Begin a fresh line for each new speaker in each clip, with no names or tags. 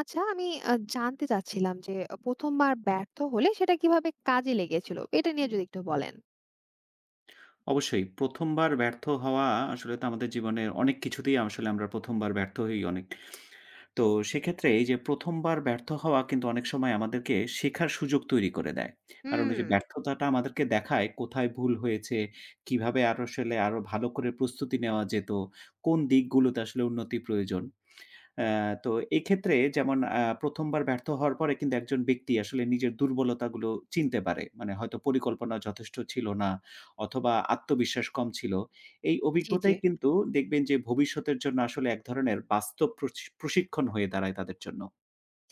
আচ্ছা, আমি জানতে চাচ্ছিলাম যে ১ম বার ব্যর্থ হলে সেটা কিভাবে কাজে লেগেছিল? এটা নিয়ে যদি একটু বলেন।
অবশ্যই। ১ম বার ব্যর্থ হওয়া আসলে তো আমাদের জীবনের অনেক কিছুতেই আসলে আমরা ১ম বার ব্যর্থ হই অনেক। তো সেক্ষেত্রে এই যে ১ম বার ব্যর্থ হওয়া কিন্তু অনেক সময় আমাদেরকে শেখার সুযোগ তৈরি করে দেয়। কারণ ওই
হুম।
যে ব্যর্থতাটা আমাদেরকে দেখায় কোথায় ভুল হয়েছে, কিভাবে আরো আসলে আরো ভালো করে প্রস্তুতি নেওয়া যেত, কোন দিকগুলোতে আসলে উন্নতি প্রয়োজন। অ্যা তো এক্ষেত্রে যেমন ১ম বার ব্যর্থ হওয়ার পরে কিন্তু একজন ব্যক্তি আসলে নিজের দুর্বলতাগুলো চিনতে পারে। মানে হয়তো পরিকল্পনা যথেষ্ট ছিল না অথবা আত্মবিশ্বাস কম ছিল। এই
জি, জি।
অভিজ্ঞতাই কিন্তু দেখবেন যে ভবিষ্যতের জন্য আসলে এক ধরনের বাস্তব প্রশিক্ষণ হয়ে দাঁড়ায় তাদের জন্য।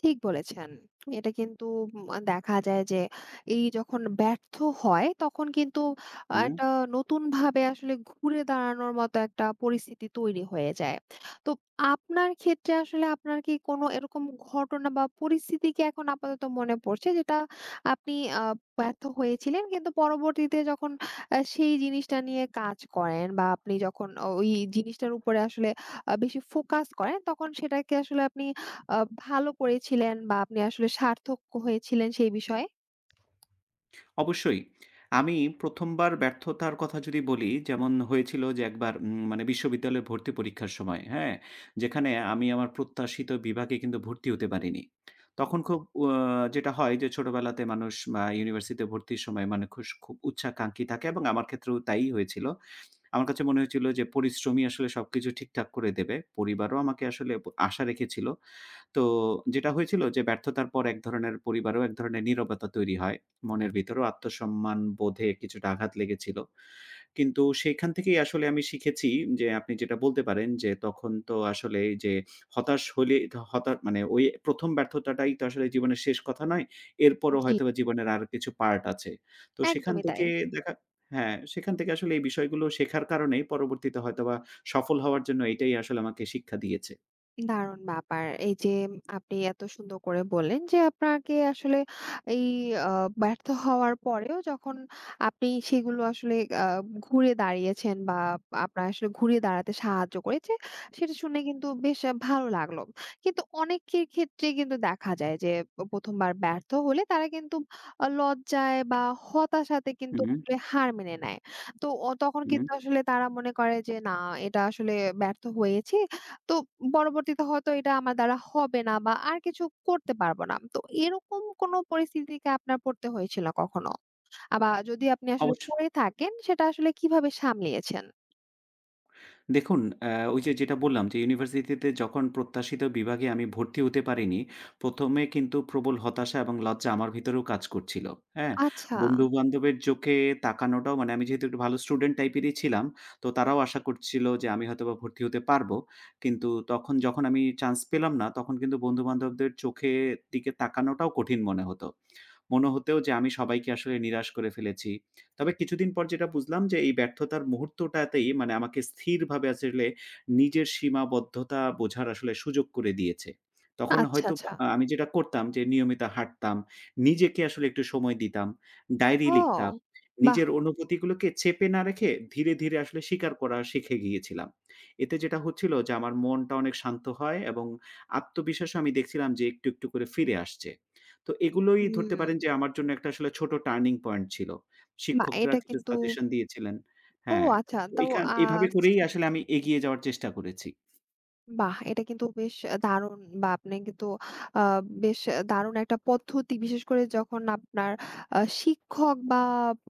ঠিক বলেছেন। এটা কিন্তু দেখা যায় যে এই যখন ব্যর্থ হয় তখন কিন্তু
হুম।
একটা নতুনভাবে আসলে ঘুরে দাঁড়ানোর মতো একটা পরিস্থিতি তৈরি হয়ে যায়। তো আপনার ক্ষেত্রে আসলে আপনার কি কোনো এরকম ঘটনা বা পরিস্থিতি কি এখন আপাতত মনে পড়ছে যেটা আপনি আ ব্যর্থ হয়েছিলেন কিন্তু পরবর্তীতে যখন সেই জিনিসটা নিয়ে কাজ করেন বা আপনি যখন ওই জিনিসটার উপরে আসলে বেশি ফোকাস করেন তখন সেটাকে আসলে আপনি আ ভালো করেছিলেন বা আপনি আসলে সার্থক হয়েছিলেন সেই বিষয়ে?
অবশ্যই। আমি ১ম বার ব্যর্থতার কথা যদি বলি, যেমন হয়েছিল যে একবার মানে বিশ্ববিদ্যালয়ে ভর্তি পরীক্ষার সময়, হ্যাঁ? যেখানে আমি আমার প্রত্যাশিত বিভাগে কিন্তু ভর্তি হতে পারিনি। তখন খুব অ যেটা হয় যে ছোটবেলাতে মানুষ ইউনিভার্সিটিতে ভর্তির সময় মানে খুব উচ্চাকাঙ্ক্ষী থাকে এবং আমার ক্ষেত্রেও তাই হয়েছিল। আমার কাছে মনে হয়েছিল যে পরিশ্রমই আসলে সবকিছু ঠিকঠাক করে দেবে। পরিবারও আমাকে আসলে আশা রেখেছিল। তো যেটা হয়েছিল যে ব্যর্থতার পর এক ধরনের পরিবারেও এক ধরনের নীরবতা তৈরি হয়। মনের ভিতরেও আত্মসম্মান বোধে কিছুটা আঘাত লেগেছিল। কিন্তু সেইখান থেকেই আসলে আমি শিখেছি যে আপনি যেটা বলতে পারেন যে তখন তো আসলে এই যে হতাশ হলে মানে ওই ১ম ব্যর্থতাটাই তো আসলে জীবনের শেষ কথা নয়। এরপরও
জি।
হয়তোবা জীবনের আরো কিছু পার্ট আছে। তো সেখান
একদমই তাই।
থেকে দেখা হ্যাঁ, সেখান থেকে আসলে এই বিষয়গুলো শেখার কারণেই পরবর্তীতে হয়তোবা সফল হওয়ার জন্য এটাই আসলে আমাকে শিক্ষা দিয়েছে।
দারুণ ব্যাপার। এই যে আপনি এত সুন্দর করে বললেন যে আপনাকে আসলে এই আ ব্যর্থ হওয়ার পরেও যখন আপনি সেগুলো আসলে আ ঘুরে দাঁড়িয়েছেন বা আপনার আসলে ঘুরে দাঁড়াতে সাহায্য করেছে, সেটা শুনে কিন্তু বেশ ভালো লাগলো। কিন্তু অনেকের ক্ষেত্রে কিন্তু দেখা যায় যে ১ম বার ব্যর্থ হলে তারা কিন্তু লজ্জায় বা হতাশাতে কিন্তু
হুম,
আসলে হার মেনে নেয়। তো তখন
হুম।
কিন্তু আসলে তারা মনে করে যে না, এটা আসলে ব্যর্থ হয়েছি। তো পরবর্তীতে হয়তো এটা আমার দ্বারা হবে না বা আর কিছু করতে পারবো না। তো এরকম কোনো পরিস্থিতিকে আপনার পড়তে হয়েছিল কখনো? বা যদি আপনি আসলে
অবশ্য
পড়ে থাকেন সেটা আসলে কিভাবে সামলিয়েছেন?
দেখুন, আ ওই যে যেটা বললাম যে ইউনিভার্সিটিতে যখন প্রত্যাশিত বিভাগে আমি ভর্তি হতে পারিনি, ১ম এ কিন্তু প্রবল হতাশা এবং লজ্জা আমার ভিতরেও কাজ করছিল। হ্যাঁ?
আচ্ছা,
বন্ধু-বান্ধবের চোখে তাকানোটাও মানে আমি যেহেতু একটু ভালো স্টুডেন্ট টাইপেরই ছিলাম, তো তারাও আশা করছিল যে আমি হয়তোবা ভর্তি হতে পারবো। কিন্তু তখন যখন আমি চান্স পেলাম না, তখন কিন্তু বন্ধু-বান্ধবদের চোখের দিকে তাকানোটাও কঠিন মনে হতো। মনে হতেও যে আমি সবাইকে আসলে নিরাশ করে ফেলেছি। তবে কিছুদিন পর যেটা বুঝলাম যে এই ব্যর্থতার মুহূর্তটাতেই মানে আমাকে স্থিরভাবে আসলে নিজের সীমাবদ্ধতা বোঝার আসলে সুযোগ করে দিয়েছে। তখন
আচ্ছা,
হয়তো
আচ্ছা।
আমি যেটা করতাম যে নিয়মিত হাঁটতাম, নিজেকে আসলে একটু সময় দিতাম, ডায়েরি
ও!
লিখতাম।
বাহ!
নিজের অনুভূতিগুলোকে চেপে না রেখে ধীরে, ধীরে আসলে স্বীকার করা শিখে গিয়েছিলাম। এতে যেটা হচ্ছিল যে আমার মনটা অনেক শান্ত হয় এবং আত্মবিশ্বাসও আমি দেখছিলাম যে একটু, একটু করে ফিরে আসছে। তো এগুলোই
হুম।
ধরতে পারেন যে আমার জন্য একটা আসলে ছোট টার্নিং পয়েন্ট ছিল।
বাহ!
শিক্ষকরা
এটা
কিছু
কিন্তু
সাজেশন দিয়েছিলেন।
ও
হ্যাঁ,
আচ্ছা।
তো
তো আ
এভাবে করেই আসলে আমি এগিয়ে যাওয়ার চেষ্টা করেছি।
বাহ! এটা কিন্তু বেশ দারুণ, বা আপনি কিন্তু আ বেশ দারুণ একটা পদ্ধতি বিশেষ করে যখন আপনার শিক্ষক বা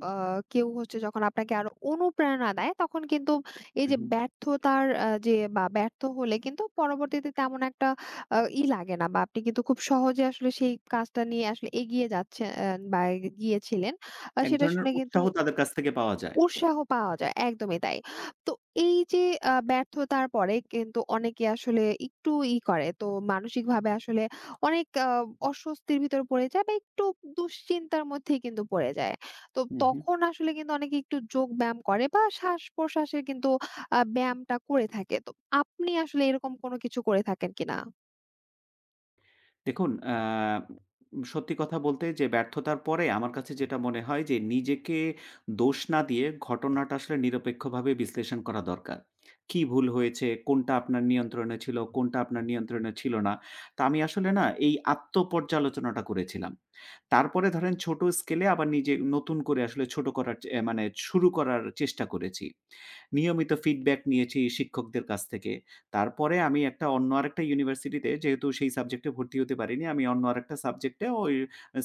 আ কেউ হচ্ছে যখন আপনাকে আরো অনুপ্রেরণা দেয় তখন কিন্তু এই
হু,
যে
হু।
ব্যর্থতার যে বা ব্যর্থ হলে কিন্তু পরবর্তীতে তেমন একটা ই লাগে না বা আপনি কিন্তু খুব সহজে আসলে সেই কাজটা নিয়ে আসলে এগিয়ে যাচ্ছেন বা গিয়েছিলেন।
এক
সেটা
ধরনের
শুনে কিন্তু
উৎসাহ তাদের কাছ থেকে পাওয়া যায়।
উৎসাহ পাওয়া যায়। একদমই তাই। তো এই যে ব্যর্থতার পরে কিন্তু অনেকে আসলে একটু ই করে। তো মানসিকভাবে আসলে অনেক অস্বস্তির ভিতর পড়ে যায় বা একটু দুশ্চিন্তার মধ্যেই কিন্তু পড়ে যায়। তো
হু, হু।
তখন আসলে কিন্তু অনেকে একটু যোগব্যায়াম করে বা শ্বাস-প্রশ্বাসের কিন্তু ব্যায়ামটা করে থাকে। তো আপনি আসলে এরকম কোনো কিছু করে থাকেন কিনা?
দেখুন, সত্যি কথা বলতে যে ব্যর্থতার পরে আমার কাছে যেটা মনে হয় যে নিজেকে দোষ না দিয়ে ঘটনাটা আসলে নিরপেক্ষভাবে বিশ্লেষণ করা দরকার। কি ভুল হয়েছে? কোনটা আপনার নিয়ন্ত্রণে ছিল? কোনটা আপনার নিয়ন্ত্রণে ছিল না? তো আমি আসলে না এই আত্মপর্যালোচনাটা করেছিলাম। তারপরে ধরেন ছোট স্কেলে আবার নিজে নতুন করে আসলে ছোট করার চে মানে শুরু করার চেষ্টা করেছি। নিয়মিত ফিডব্যাক নিয়েছি শিক্ষকদের কাছ থেকে। তারপরে আমি একটা অন্য আরেকটা ইউনিভার্সিটিতে যেহেতু সেই সাবজেক্টে ভর্তি হতে পারিনি, আমি অন্য আরেকটা সাবজেক্টে ওই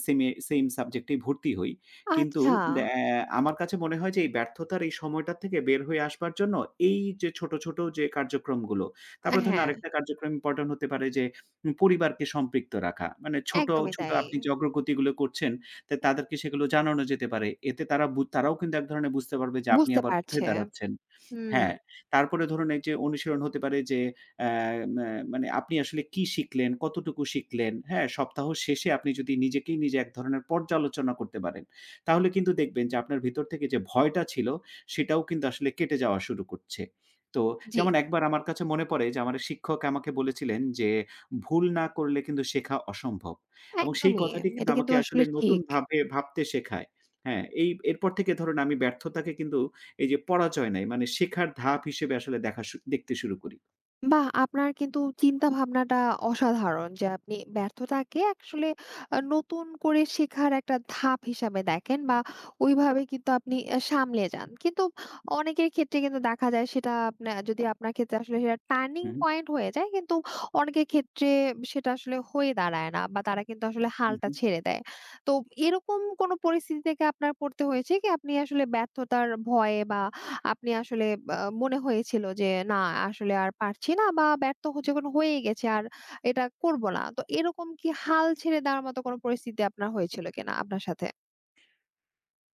সেইম সাবজেক্টেই ভর্তি হই। কিন্তু
আচ্ছা।
দে অ্যা আমার কাছে মনে হয় যে এই ব্যর্থতার এই সময়টা থেকে বের হয়ে আসবার জন্য এই যে ছোট, ছোট যে কার্যক্রমগুলো, তারপরে ধরুন
হ্যাঁ,
আরেকটা কার্যক্রম ইম্পোর্টেন্ট হতে পারে যে পরিবারকে সম্পৃক্ত রাখা। মানে ছোট,
একদমই
ছোট
তাই।
আপনি যে অগ্রগতিগুলো করছেন, তাদেরকে সেগুলো জানানো যেতে পারে। এতে তারা তারাও কিন্তু এক ধরনের বুঝতে পারবে যে আপনি
বুঝতে
আবার উঠে
পারছে।
দাঁড়াচ্ছেন।
হুম।
হ্যাঁ। তারপরে ধরুন এই যে অনুশীলন হতে পারে যে অ্যা ম্যা মানে আপনি আসলে কি শিখলেন, কতটুকু শিখলেন, হ্যাঁ? সপ্তাহ শেষে আপনি যদি নিজেকেই নিজে এক ধরনের পর্যালোচনা করতে পারেন, তাহলে কিন্তু দেখবেন যে আপনার ভিতর থেকে যে ভয়টা ছিল সেটাও কিন্তু আসলে কেটে যাওয়া শুরু করছে। তো
জি।
যেমন একবার আমার কাছে মনে পড়ে যে আমার এক শিক্ষক আমাকে বলেছিলেন যে, "ভুল না করলে কিন্তু শেখা অসম্ভব" এবং সেই
একদমই।
কথাটি কিন্তু
এটা কিন্তু
আমাকে
আসলে
আসলে
ঠিক।
নতুনভাবে ভাবতে শেখায়। হ্যাঁ, এরপর থেকে ধরুন আমি ব্যর্থতাকে কিন্তু এই যে পরাজয় নাই মানে শেখার ধাপ হিসেবে আসলে দেখা শু দেখতে শুরু করি।
বাহ! আপনার কিন্তু চিন্তাভাবনাটা অসাধারণ যে আপনি ব্যর্থতাকে আসলে নতুন করে শেখার একটা ধাপ হিসাবে দেখেন বা ওইভাবে কিন্তু আপনি সামলে যান। কিন্তু অনেকের ক্ষেত্রে কিন্তু দেখা যায় সেটা আপনা যদি আপনার ক্ষেত্রে আসলে সেটা টার্নিং
হু,
পয়েন্ট হয়ে যায়, কিন্তু অনেকের ক্ষেত্রে সেটা আসলে হয়ে দাঁড়ায় না বা তারা কিন্তু আসলে
হু,
হালটা
হু।
ছেড়ে দেয়। তো এরকম কোনো পরিস্থিতি থেকে আপনার পড়তে হয়েছে কি, আপনি আসলে ব্যর্থতার ভয়ে বা আপনি আসলে বা মনে হয়েছিল যে না, আসলে আর পারছি না বা ব্যর্থ হচ্ছে কোনো হয়েই গেছে আর এটা করব না। তো এরকম কি হাল ছেড়ে দেওয়ার মতো কোনো পরিস্থিতি আপনার হয়েছিল কিনা আপনার সাথে?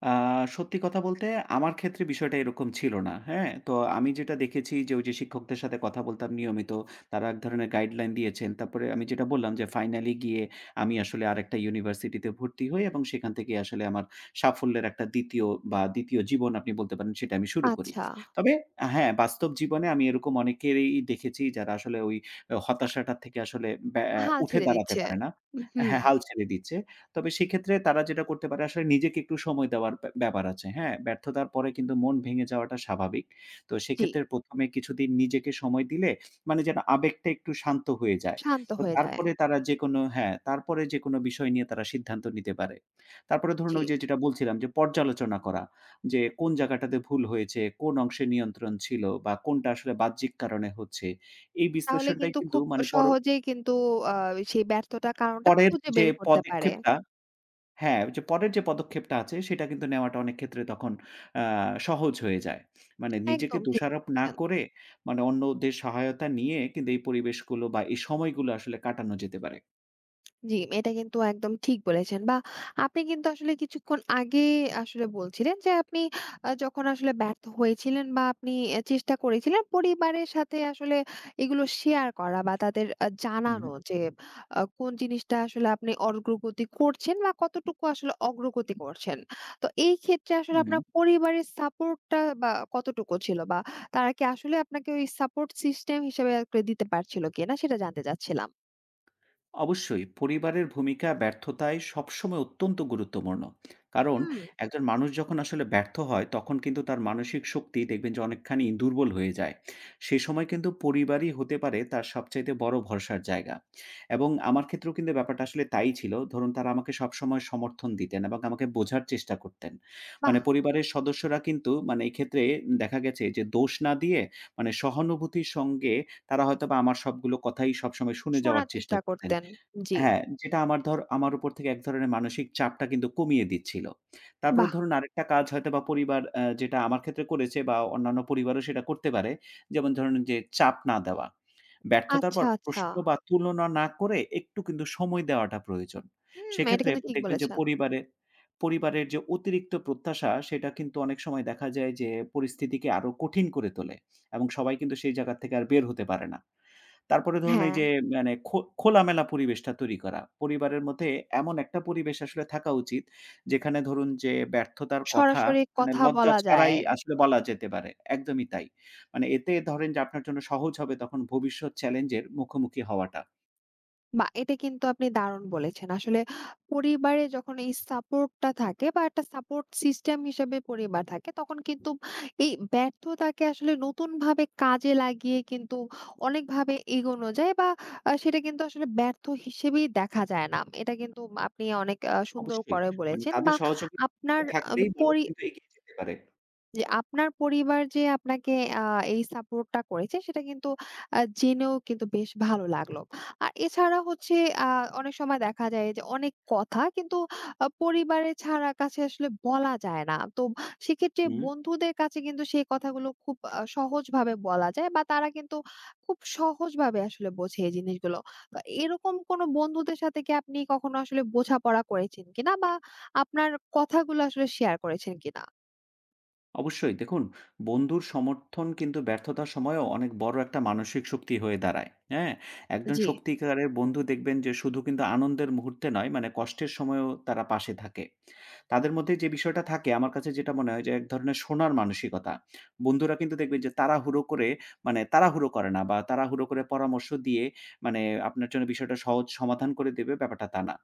আ সত্যি কথা বলতে আমার ক্ষেত্রে বিষয়টা এরকম ছিল না। হ্যাঁ? তো আমি যেটা দেখেছি যে ওই যে শিক্ষকদের সাথে কথা বলতাম নিয়মিত। তারা এক ধরনের গাইডলাইন দিয়েছেন। তারপরে আমি যেটা বললাম যে ফাইনালি গিয়ে আমি আসলে আরেকটা ইউনিভার্সিটিতে ভর্তি হই এবং সেখান থেকে আসলে আমার সাফল্যের একটা ২য় বা ২য় জীবন আপনি বলতে পারেন সেটা আমি শুরু করি।
আচ্ছা,
তবে হ্যাঁ, বাস্তব জীবনে আমি এরকম অনেকেরই দেখেছি যারা আসলে ওই হতাশাটা থেকে আসলে ব্যা
হাল
উঠে
ছেড়ে
দাঁড়াতে
দিচ্ছে।
পারে না।
হুম।
হ্যাঁ, হাল ছেড়ে দিচ্ছে। তবে সেক্ষেত্রে তারা যেটা করতে পারে আসলে নিজেকে একটু সময় দেওয়ার ব্যাপার আছে, হ্যাঁ? ব্যর্থতার পরে কিন্তু মন ভেঙে যাওয়াটা স্বাভাবিক। তো
জি।
সেক্ষেত্রে ১ম এ কিছুদিন নিজেকে সময় দিলে মানে যেন আবেগটা একটু শান্ত হয়ে যায়।
শান্ত
তো
হয়ে যায়।
তারপরে তারা হ্যাঁ, তারপরে যেকোনো বিষয় নিয়ে তারা সিদ্ধান্ত নিতে পারে। তারপরে ধরুন
জি।
ওই যে যেটা বলছিলাম যে পর্যালোচনা করা। যে কোন জায়গাটাতে ভুল হয়েছে, কোন অংশে নিয়ন্ত্রণ ছিল বা কোনটা আসলে বাহ্যিক কারণে হচ্ছে। এই
তাহলে
বিশ্লেষণটাই
কিন্তু
কিন্তু
খুব
মানে
সহজেই কিন্তু আ সেই ব্যর্থতার কারণটা
পরের
খুঁজে
যে
বের করতে পারে।
পদক্ষেপটা হ্যাঁ, ওই যে পরের যে পদক্ষেপটা আছে সেটা কিন্তু নেওয়াটা অনেক ক্ষেত্রে তখন আ সহজ হয়ে যায়। মানে নিজেকে
একদম ঠিক
দোষারোপ না
বলেছেন।
করে মানে অন্যদের সহায়তা নিয়ে কিন্তু এই পরিবেশগুলো বা এই সময়গুলো আসলে কাটানো যেতে পারে।
জি, এটা কিন্তু একদম ঠিক বলেছেন বা আপনি কিন্তু আসলে কিছুক্ষণ আগে আসলে বলছিলেন যে আপনি যখন আসলে ব্যর্থ হয়েছিলেন বা আপনি চেষ্টা করেছিলেন পরিবারের সাথে আসলে এগুলো শেয়ার করা বা তাদের জানানো
হু,
যে কোন জিনিসটা আসলে আপনি অগ্রগতি করছেন বা কতটুকু আসলে অগ্রগতি করছেন। তো এই ক্ষেত্রে আসলে
হু।
আপনার পরিবারের সাপোর্টটা বা কতটুকু ছিল? বা তারা কি আসলে আপনাকে ওই সাপোর্ট সিস্টেম হিসেবে আরকি দিতে পারছিল কিনা সেটা জানতে চাচ্ছিলাম।
অবশ্যই পরিবারের ভূমিকা ব্যর্থতায় সবসময় অত্যন্ত গুরুত্বপূর্ণ। কারণ
হুম।
একজন মানুষ যখন আসলে ব্যর্থ হয় তখন কিন্তু তার মানসিক শক্তি দেখবেন যে অনেকখানি দুর্বল হয়ে যায়। সে সময় কিন্তু পরিবারই হতে পারে তার সবচাইতে বড় ভরসার জায়গা। এবং আমার ক্ষেত্রেও কিন্তু ব্যাপারটা আসলে তাই ছিল। ধরুন তারা আমাকে সবসময় সমর্থন দিতেন এবং আমাকে বোঝার চেষ্টা করতেন।
বাহ!
মানে পরিবারের সদস্যরা কিন্তু মানে এক্ষেত্রে দেখা গেছে যে দোষ না দিয়ে মানে সহানুভূতির সঙ্গে তারা হয়তোবা আমার সবগুলো কথাই সবসময় শুনে যাওয়ার
শোনার
চেষ্টা
চেষ্টা
করতেন।
করতেন। জি।
হ্যাঁ, যেটা আমার আমার উপর থেকে এক ধরনের মানসিক চাপটা কিন্তু কমিয়ে দিচ্ছিল। তারপরে
বাহ!
ধরুন আরেকটা কাজ হয়তোবা পরিবার যেটা আমার ক্ষেত্রে করেছে বা অন্যান্য পরিবারও সেটা করতে পারে। যেমন ধরুন যে চাপ না দেওয়া। ব্যর্থতার
আচ্ছা,
পর
আচ্ছা।
প্রশ্ন বা তুলনা না করে একটু কিন্তু সময় দেওয়াটা প্রয়োজন।
হুম। এটা
সেক্ষেত্রে
কিন্তু ঠিক
দেখবেন যে
বলেছেন।
পরিবারের যে অতিরিক্ত প্রত্যাশা সেটা কিন্তু অনেক সময় দেখা যায় যে পরিস্থিতিকে আরো কঠিন করে তোলে এবং সবাই কিন্তু সেই জায়গা থেকে আর বের হতে পারে না। তারপরে ধরুন এই
হ্যাঁ,
যে মানে খোলামেলা পরিবেশটা তৈরি করা। পরিবারের মধ্যে এমন একটা পরিবেশ আসলে থাকা উচিত, যেখানে ধরুন যে ব্যর্থতার কথা
সরাসরি
মানে
কথা
লজ্জা
বলা যায়।
ছাড়াই আসলে বলা যেতে পারে। একদমই তাই। মানে এতে ধরেন যে আপনার জন্য সহজ হবে তখন ভবিষ্যৎ চ্যালেঞ্জের মুখোমুখি হওয়াটা।
বা এটা কিন্তু আপনি দারুণ বলেছেন। আসলে পরিবারে যখন এই সাপোর্টটা থাকে বা একটা সাপোর্ট সিস্টেম হিসেবে পরিবার থাকে, তখন কিন্তু এই ব্যর্থতাকে আসলে নতুনভাবে কাজে লাগিয়ে কিন্তু অনেকভাবে এগোনো যায় বা সেটা কিন্তু আসলে ব্যর্থ হিসেবেই দেখা যায় না। এটা কিন্তু আপনি অনেক সুন্দর
অবশ্যই।
করে
মানে
বলেছেন
তাদের
বা
সহযোগিতা
আপনার আ
থাকলেই মানুষ
পরি
কিন্তু এগিয়ে যেতে পারে।
যে আপনার পরিবার যে আপনাকে আ এই সাপোর্টটা করেছে সেটা কিন্তু জেনেও কিন্তু বেশ ভালো লাগলো। আর এছাড়া হচ্ছে আ অনেক সময় দেখা যায় যে অনেক কথা কিন্তু পরিবারের ছাড়া কাছে আসলে বলা যায় না। তো সেক্ষেত্রে
হুম।
বন্ধুদের কাছে কিন্তু সেই কথাগুলো খুব সহজভাবে বলা যায় বা তারা কিন্তু খুব সহজভাবে আসলে বোঝে এই জিনিসগুলো। তো এরকম কোনো বন্ধুদের সাথে কি আপনি কখনো আসলে বোঝাপড়া করেছেন কিনা বা আপনার কথাগুলো আসলে শেয়ার করেছেন কিনা?
অবশ্যই দেখুন বন্ধুর সমর্থন কিন্তু ব্যর্থতার সময়ও অনেক বড় একটা মানসিক শক্তি হয়ে দাঁড়ায়। হ্যাঁ? একজন
জি,
সত্যিকারের বন্ধু দেখবেন যে শুধু কিন্তু আনন্দের মুহূর্তে নয় মানে কষ্টের সময়ও তারা পাশে থাকে। তাদের মধ্যে যে বিষয়টা থাকে আমার কাছে যেটা মনে হয় যে এক ধরনের শোনার মানসিকতা। বন্ধুরা কিন্তু দেখবেন যে তাড়াহুড়ো করে মানে তাড়াহুড়ো করে না বা তাড়াহুড়ো করে পরামর্শ দিয়ে মানে আপনার জন্য বিষয়টা সহজ সমাধান করে দেবে ব্যাপারটা তা না।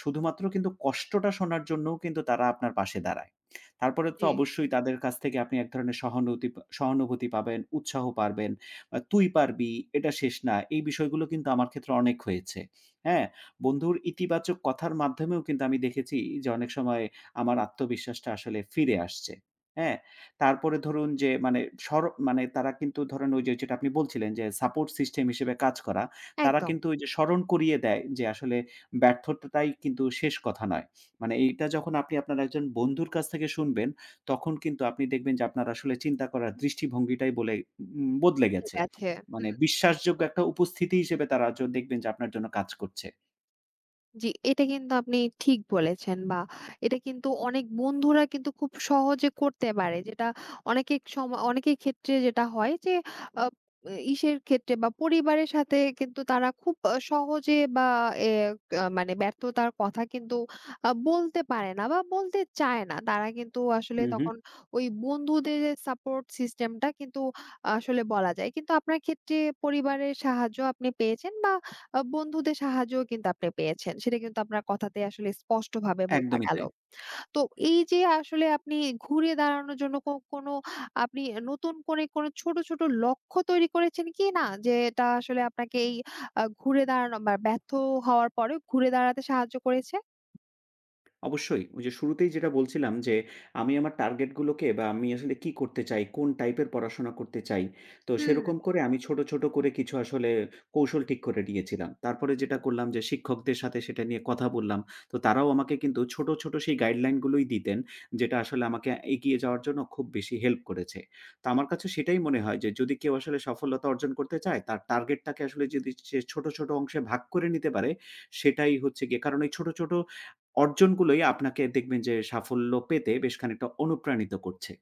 শুধুমাত্র কিন্তু কষ্টটা শোনার জন্যও কিন্তু তারা আপনার পাশে দাঁড়ায়। তারপরে তো
জি।
অবশ্যই তাদের কাছ থেকে আপনি এক ধরনের সহানুভূতি পাবেন, উৎসাহ পাবেন। "তুই পারবি, এটা শেষ না।" এই বিষয়গুলো কিন্তু আমার ক্ষেত্রে অনেক হয়েছে। হ্যাঁ? বন্ধুর ইতিবাচক কথার মাধ্যমেও কিন্তু আমি দেখেছি যে অনেক সময় আমার আত্মবিশ্বাসটা আসলে ফিরে আসছে। হ্যাঁ? তারপরে ধরুন যে মানে সর মানে তারা কিন্তু ধরেন ওই যে যেটা আপনি বলছিলেন যে সাপোর্ট সিস্টেম হিসেবে কাজ করা। তারা
একদম
কিন্তু ওই যে স্মরণ করিয়ে দেয় যে আসলে ব্যর্থতাটাই কিন্তু শেষ কথা নয়। মানে এইটা যখন আপনি আপনার একজন বন্ধুর কাছ থেকে শুনবেন, তখন কিন্তু আপনি দেখবেন যে আপনার আসলে চিন্তা করার দৃষ্টিভঙ্গিটাই বলে উম বদলে
ঠিক
গেছে।
আছে।
মানে
হুম।
বিশ্বাসযোগ্য একটা উপস্থিতি হিসেবে তারা দেখবেন যে আপনার জন্য কাজ করছে।
জি, এটা কিন্তু আপনি ঠিক বলেছেন বা এটা কিন্তু অনেক বন্ধুরা কিন্তু খুব সহজে করতে পারে। যেটা অনেকের সময় অনেকের ক্ষেত্রে যেটা হয় যে আ ইসের ক্ষেত্রে বা পরিবারের সাথে কিন্তু তারা খুব সহজে বা এ আ মানে ব্যর্থতার কথা কিন্তু বলতে পারে না বা বলতে চায় না। তারা কিন্তু আসলে
হু, হু।
তখন ওই বন্ধুদের সাপোর্ট সিস্টেমটা কিন্তু আসলে বলা যায়। কিন্তু আপনার ক্ষেত্রে পরিবারের সাহায্য আপনি পেয়েছেন বা বন্ধুদের সাহায্যও কিন্তু আপনি পেয়েছেন। সেটা কিন্তু আপনার কথাতে আসলে স্পষ্টভাবে বোঝা
একদমই
গেল।
তাই।
তো এই যে আসলে আপনি ঘুরে দাঁড়ানোর জন্য কোনো আপনি নতুন করে কোনো ছোট, ছোট লক্ষ্য তৈরি করেছেন কি না? যেটা আসলে আপনাকে এই ঘুরে দাঁড়ানো বা ব্যর্থ হওয়ার পরেও ঘুরে দাঁড়াতে সাহায্য করেছে?
অবশ্যই। ওই যে শুরুতেই যেটা বলছিলাম যে, আমি আমার টার্গেটগুলোকে বা আমি আসলে কি করতে চাই, কোন টাইপের পড়াশোনা করতে চাই। তো
হুম।
সেরকম করে আমি ছোট, ছোট করে কিছু আসলে কৌশল ঠিক করে নিয়েছিলাম। তারপরে যেটা করলাম যে শিক্ষকদের সাথে সেটা নিয়ে কথা বললাম। তো তারাও আমাকে কিন্তু ছোট, ছোট সেই গাইডলাইন গুলোই দিতেন, যেটা আসলে আমাকে এগিয়ে যাওয়ার জন্য খুব বেশি হেল্প করেছে। তো আমার কাছে সেটাই মনে হয় যে যদি কেউ আসলে সফলতা অর্জন করতে চায়, তার টার্গেটটাকে আসলে যদি সে ছোট, ছোট অংশে ভাগ করে নিতে পারে, সেটাই হচ্ছে গিয়ে কারণ এই ছোট, ছোট অর্জনগুলোই আপনাকে দেখবেন যে সাফল্য পেতে বেশ খানিকটা অনুপ্রাণিত করছে।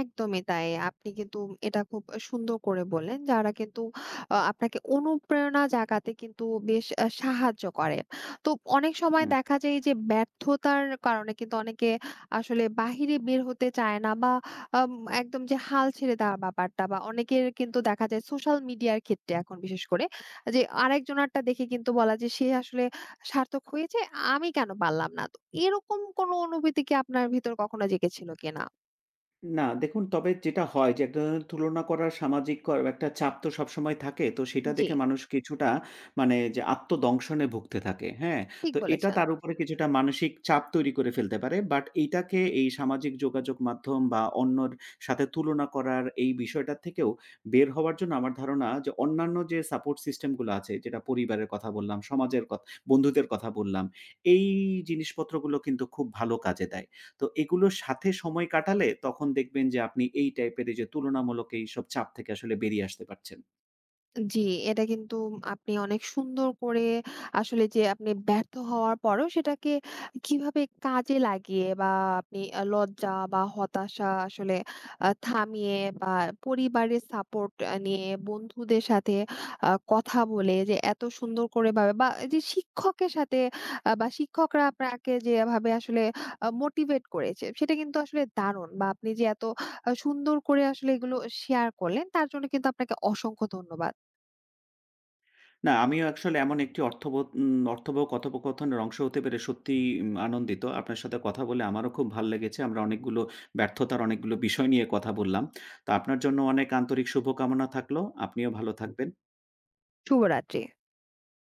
একদমই তাই। আপনি কিন্তু এটা খুব সুন্দর করে বললেন, যারা কিন্তু আপনাকে অনুপ্রেরণা জাগাতে কিন্তু বেশ সাহায্য করে। তো অনেক সময়
হুম।
দেখা যায় যে ব্যর্থতার কারণে কিন্তু অনেকে আসলে বাহিরে বের হতে চায় না বা আম একদম যে হাল ছেড়ে দেওয়ার ব্যাপারটা বা অনেকের কিন্তু দেখা যায় সোশ্যাল মিডিয়ার ক্ষেত্রে এখন বিশেষ করে যে আরেকজনেরটা দেখে কিন্তু বলা যে সে আসলে সার্থক হয়েছে, আমি কেন পারলাম না? তো এরকম কোনো অনুভূতি কি আপনার ভিতর কখনো জেগেছিল কিনা?
না, দেখুন তবে যেটা হয় যে একটা ধরনের তুলনা করার সামাজিক একটা চাপ তো সবসময় থাকে। তো সেটা
জি।
দেখে মানুষ কিছুটা মানে যে আত্মদংশনে ভুগতে থাকে, হ্যাঁ?
ঠিক
তো এটা
বলেছেন।
তার উপরে কিছুটা মানসিক চাপ তৈরি করে ফেলতে পারে। বাট এইটাকে এই সামাজিক যোগাযোগ মাধ্যম বা অন্যর সাথে তুলনা করার এই বিষয়টা থেকেও বের হওয়ার জন্য আমার ধারণা যে অন্যান্য যে সাপোর্ট সিস্টেম গুলো আছে যেটা পরিবারের কথা বললাম, সমাজের কথ বন্ধুদের কথা বললাম, এই জিনিসপত্রগুলো কিন্তু খুব ভালো কাজে দেয়। তো এগুলোর সাথে সময় কাটালে তখন দেখবেন যে আপনি এই টাইপের এই যে তুলনামূলক এইসব চাপ থেকে আসলে বেরিয়ে আসতে পারছেন।
জি, এটা কিন্তু আপনি অনেক সুন্দর করে আসলে যে আপনি ব্যর্থ হওয়ার পরেও সেটাকে কিভাবে কাজে লাগিয়ে বা আপনি লজ্জা বা হতাশা আসলে থামিয়ে বা পরিবারের সাপোর্ট নিয়ে বন্ধুদের সাথে কথা বলে যে এত সুন্দর করে ভাবে বা এই যে শিক্ষকের সাথে বা শিক্ষকরা আপনাকে যেভাবে আসলে মোটিভেট করেছে সেটা কিন্তু আসলে দারুণ বা আপনি যে এত সুন্দর করে আসলে এগুলো শেয়ার করলেন তার জন্য কিন্তু আপনাকে অসংখ্য ধন্যবাদ।
না আমিও আসলে এমন একটি অর্থবোধ উম অর্থবহ কথোপকথনের অংশ হতে পেরে সত্যিই আনন্দিত। আপনার সাথে কথা বলে আমারও খুব ভাল লেগেছে। আমরা অনেকগুলো ব্যর্থতার অনেকগুলো বিষয় নিয়ে কথা বললাম। তো আপনার জন্য অনেক আন্তরিক শুভকামনা থাকলো। আপনিও ভালো থাকবেন।
শুভরাত্রি।